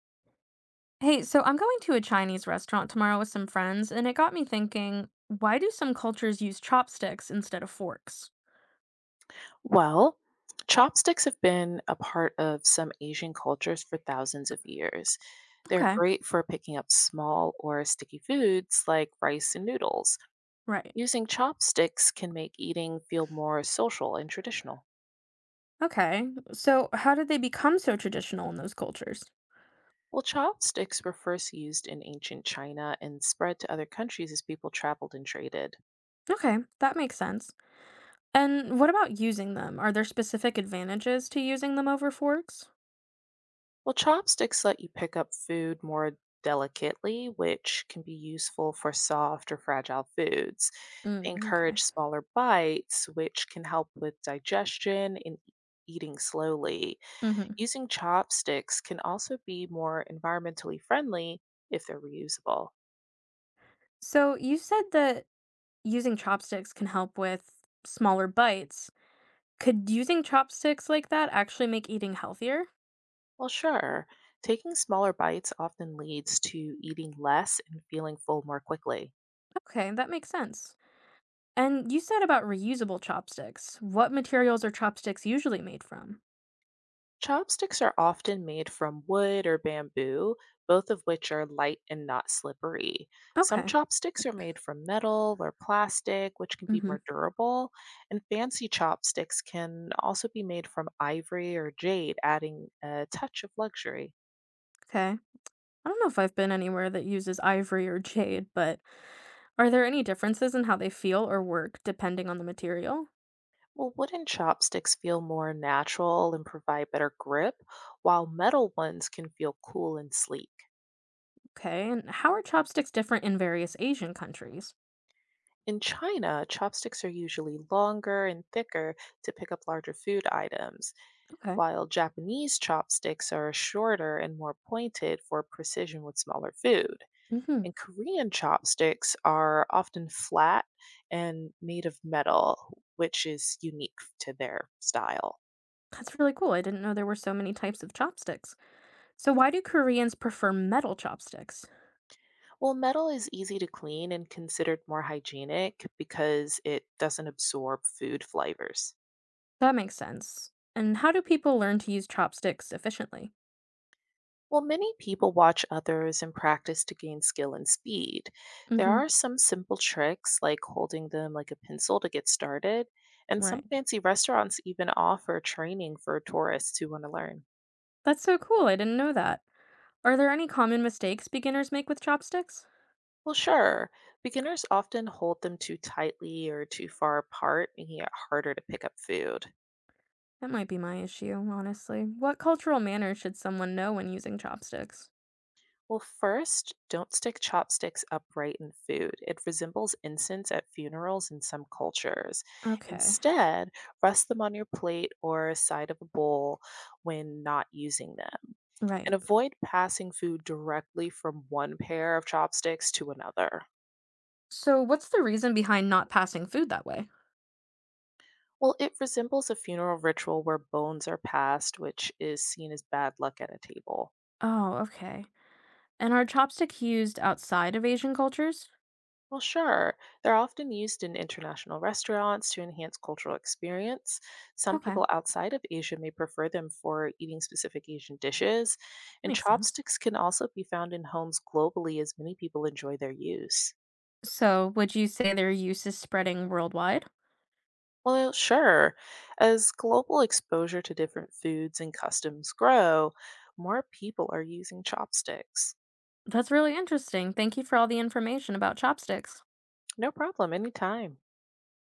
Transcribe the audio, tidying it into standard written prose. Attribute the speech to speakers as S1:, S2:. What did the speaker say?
S1: Hey, so I'm going to a Chinese restaurant tomorrow with some friends, and it got me thinking, why do some cultures use chopsticks instead of forks?
S2: Well, chopsticks have been a part of some Asian cultures for thousands of years. They're
S1: Okay,
S2: great for picking up small or sticky foods like rice and noodles.
S1: right.
S2: Using chopsticks can make eating feel more social and traditional.
S1: Okay, so how did they become so traditional in those cultures?
S2: Well, chopsticks were first used in ancient China and spread to other countries as people traveled and traded.
S1: Okay, that makes sense. And what about using them? Are there specific advantages to using them over forks?
S2: Well, chopsticks let you pick up food more delicately, which can be useful for soft or fragile foods. They
S1: Mm, okay.
S2: encourage smaller bites, which can help with digestion and eating slowly.
S1: Mm-hmm.
S2: Using chopsticks can also be more environmentally friendly if they're reusable.
S1: So you said that using chopsticks can help with smaller bites. Could using chopsticks like that actually make eating healthier?
S2: Well, sure, taking smaller bites often leads to eating less and feeling full more quickly.
S1: Okay, that makes sense. And you said about reusable chopsticks. What materials are chopsticks usually made from?
S2: Chopsticks are often made from wood or bamboo, both of which are light and not slippery. Some
S1: Okay.
S2: chopsticks are made from metal or plastic, which can be
S1: Hmm.
S2: more durable, and fancy chopsticks can also be made from ivory or jade, adding a touch of luxury.
S1: Okay. I don't know if I've been anywhere that uses ivory or jade, but are there any differences in how they feel or work depending on the material?
S2: Well, wooden chopsticks feel more natural and provide better grip, while metal ones can feel cool and sleek.
S1: Okay. And how are chopsticks different in various Asian countries?
S2: In China, chopsticks are usually longer and thicker to pick up larger food items,
S1: Okay.
S2: while Japanese chopsticks are shorter and more pointed for precision with smaller food.
S1: Hmm.
S2: And Korean chopsticks are often flat and made of metal, which is unique to their style.
S1: That's really cool. I didn't know there were so many types of chopsticks. So why do Koreans prefer metal chopsticks?
S2: Well, metal is easy to clean and considered more hygienic because it doesn't absorb food flavors.
S1: That makes sense. And how do people learn to use chopsticks efficiently?
S2: While many people watch others and practice to gain skill and speed, there are
S1: Hmm.
S2: some simple tricks like holding them like a pencil to get started, and
S1: Right.
S2: some fancy restaurants even offer training for tourists who want to learn.
S1: That's so cool, I didn't know that. Are there any common mistakes beginners make with chopsticks?
S2: Well, sure, beginners often hold them too tightly or too far apart, making it harder to pick up food.
S1: That might be my issue, honestly. What cultural manners should someone know when using chopsticks?
S2: Well, first, don't stick chopsticks upright in food. It resembles incense at funerals in some cultures.
S1: Okay,
S2: Instead, rest them on your plate or side of a bowl when not using them. And
S1: right.
S2: avoid passing food directly from one pair of chopsticks to another.
S1: So, what's the reason behind not passing food that way?
S2: Well, it resembles a funeral ritual where bones are passed, which is seen as bad luck at a table.
S1: Oh, okay. And are chopsticks used outside of Asian cultures?
S2: Well, sure. They're often used in international restaurants to enhance cultural experience. Some
S1: Okay,
S2: people outside of Asia may prefer them for eating specific Asian dishes, and
S1: makes sense.
S2: chopsticks can also be found in homes globally as many people enjoy their use.
S1: So, would you say their use is spreading worldwide?
S2: Well, sure. As global exposure to different foods and customs grow, more people are using chopsticks.
S1: That's really interesting. Thank you for all the information about chopsticks.
S2: No problem, anytime.